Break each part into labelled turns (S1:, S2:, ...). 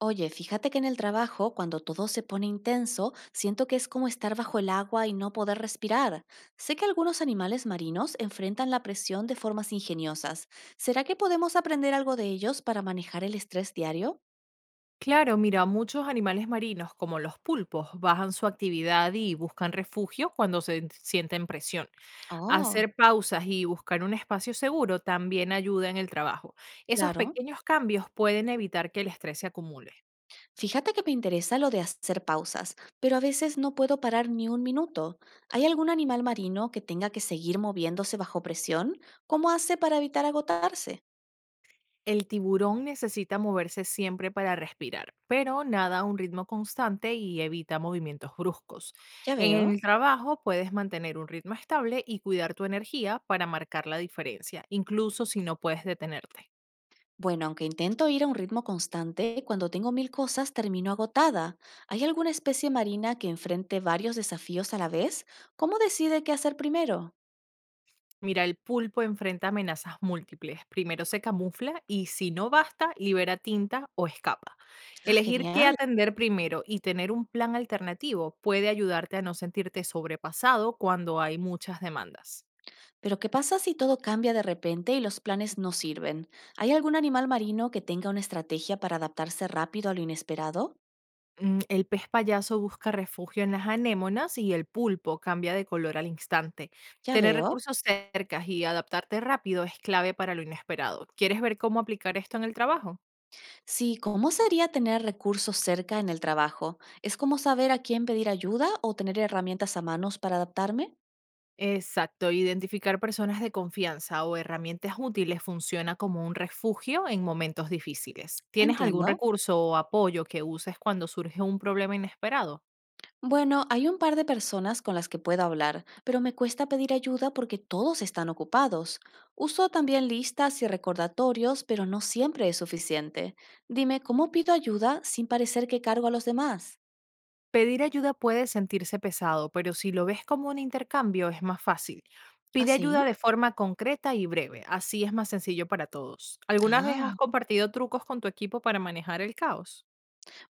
S1: Oye, fíjate que en el trabajo, cuando todo se pone intenso, siento que es como estar bajo el agua y no poder respirar. Sé que algunos animales marinos enfrentan la presión de formas ingeniosas. ¿Será que podemos aprender algo de ellos para manejar el estrés diario?
S2: Claro, mira, muchos animales marinos, como los pulpos, bajan su actividad y buscan refugio cuando se sienten presión.
S1: Oh,
S2: Hacer pausas y buscar un espacio seguro también ayuda en el trabajo. Esos
S1: claro.
S2: pequeños cambios pueden evitar que el estrés se acumule.
S1: Fíjate que me interesa lo de hacer pausas, pero a veces no puedo parar ni un minuto. ¿Hay algún animal marino que tenga que seguir moviéndose bajo presión? ¿Cómo hace para evitar agotarse?
S2: El tiburón necesita moverse siempre para respirar, pero nada a un ritmo constante y evita movimientos bruscos.
S1: Ya
S2: En
S1: veo.
S2: el trabajo puedes mantener un ritmo estable y cuidar tu energía para marcar la diferencia, incluso si no puedes detenerte.
S1: Bueno, aunque intento ir a un ritmo constante, cuando tengo mil cosas termino agotada. ¿Hay alguna especie marina que enfrente varios desafíos a la vez? ¿Cómo decide qué hacer primero?
S2: Mira, el pulpo enfrenta amenazas múltiples. Primero se camufla y si no basta, libera tinta o escapa.
S1: Ah,
S2: Elegir qué
S1: genial.
S2: atender primero y tener un plan alternativo puede ayudarte a no sentirte sobrepasado cuando hay muchas demandas.
S1: Pero ¿qué pasa si todo cambia de repente y los planes no sirven? ¿Hay algún animal marino que tenga una estrategia para adaptarse rápido a lo inesperado?
S2: El pez payaso busca refugio en las anémonas y el pulpo cambia de color al instante.
S1: Ya
S2: Tener
S1: veo.
S2: recursos cerca y adaptarte rápido es clave para lo inesperado. ¿Quieres ver cómo aplicar esto en el trabajo?
S1: Sí, ¿cómo sería tener recursos cerca en el trabajo? ¿Es como saber a quién pedir ayuda o tener herramientas a manos para adaptarme?
S2: Exacto, identificar personas de confianza o herramientas útiles funciona como un refugio en momentos difíciles. ¿Tienes algún
S1: Entiendo.
S2: recurso o apoyo que uses cuando surge un problema inesperado?
S1: Bueno, hay un par de personas con las que puedo hablar, pero me cuesta pedir ayuda porque todos están ocupados. Uso también listas y recordatorios, pero no siempre es suficiente. Dime, ¿cómo pido ayuda sin parecer que cargo a los demás?
S2: Pedir ayuda puede sentirse pesado, pero si lo ves como un intercambio es más fácil.
S1: ¿Ah,
S2: Pide ayuda
S1: sí?
S2: de forma concreta y breve, así es más sencillo para todos. ¿Alguna vez
S1: Ah.
S2: has compartido trucos con tu equipo para manejar el caos?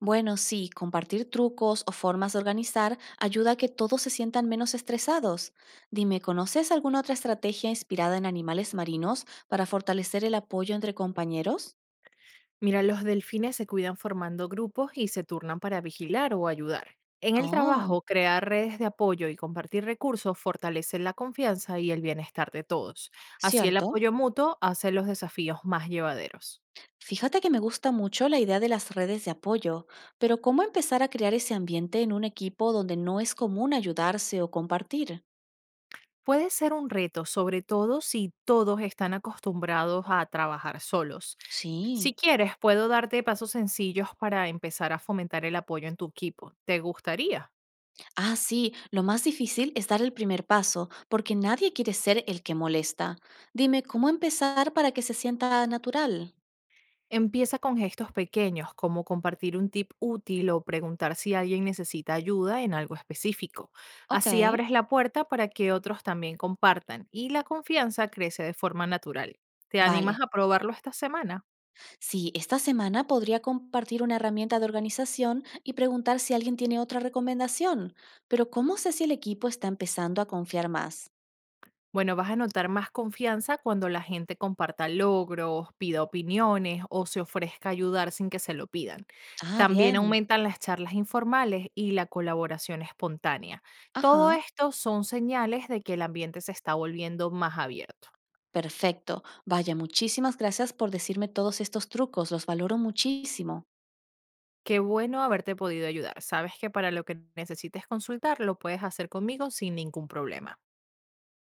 S1: Bueno, sí, compartir trucos o formas de organizar ayuda a que todos se sientan menos estresados. Dime, ¿conoces alguna otra estrategia inspirada en animales marinos para fortalecer el apoyo entre compañeros?
S2: Mira, los delfines se cuidan formando grupos y se turnan para vigilar o ayudar. En el
S1: Oh,
S2: trabajo, crear redes de apoyo y compartir recursos fortalece la confianza y el bienestar de todos. Así el
S1: cierto.
S2: apoyo mutuo hace los desafíos más llevaderos.
S1: Fíjate que me gusta mucho la idea de las redes de apoyo, pero ¿cómo empezar a crear ese ambiente en un equipo donde no es común ayudarse o compartir?
S2: Puede ser un reto, sobre todo si todos están acostumbrados a trabajar solos. Si
S1: Sí.
S2: quieres, puedo darte pasos sencillos para empezar a fomentar el apoyo en tu equipo. ¿Te gustaría?
S1: Ah, sí, lo más difícil es dar el primer paso, porque nadie quiere ser el que molesta. Dime, ¿cómo empezar para que se sienta natural?
S2: Empieza con gestos pequeños, como compartir un tip útil o preguntar si alguien necesita ayuda en algo específico.
S1: Ok.
S2: Así abres la puerta para que otros también compartan y la confianza crece de forma natural. ¿Te
S1: Vale.
S2: animas a probarlo esta semana?
S1: Sí, esta semana podría compartir una herramienta de organización y preguntar si alguien tiene otra recomendación, pero ¿cómo sé si el equipo está empezando a confiar más?
S2: Bueno, vas a notar más confianza cuando la gente comparta logros, pida opiniones o se ofrezca a ayudar sin que se lo pidan.
S1: Ah,
S2: También
S1: bien.
S2: aumentan las charlas informales y la colaboración espontánea. Todo
S1: Ajá.
S2: esto son señales de que el ambiente se está volviendo más abierto.
S1: Perfecto. Vaya, muchísimas gracias por decirme todos estos trucos, los valoro muchísimo.
S2: Qué bueno haberte podido ayudar. Sabes que para lo que necesites consultar lo puedes hacer conmigo sin ningún problema.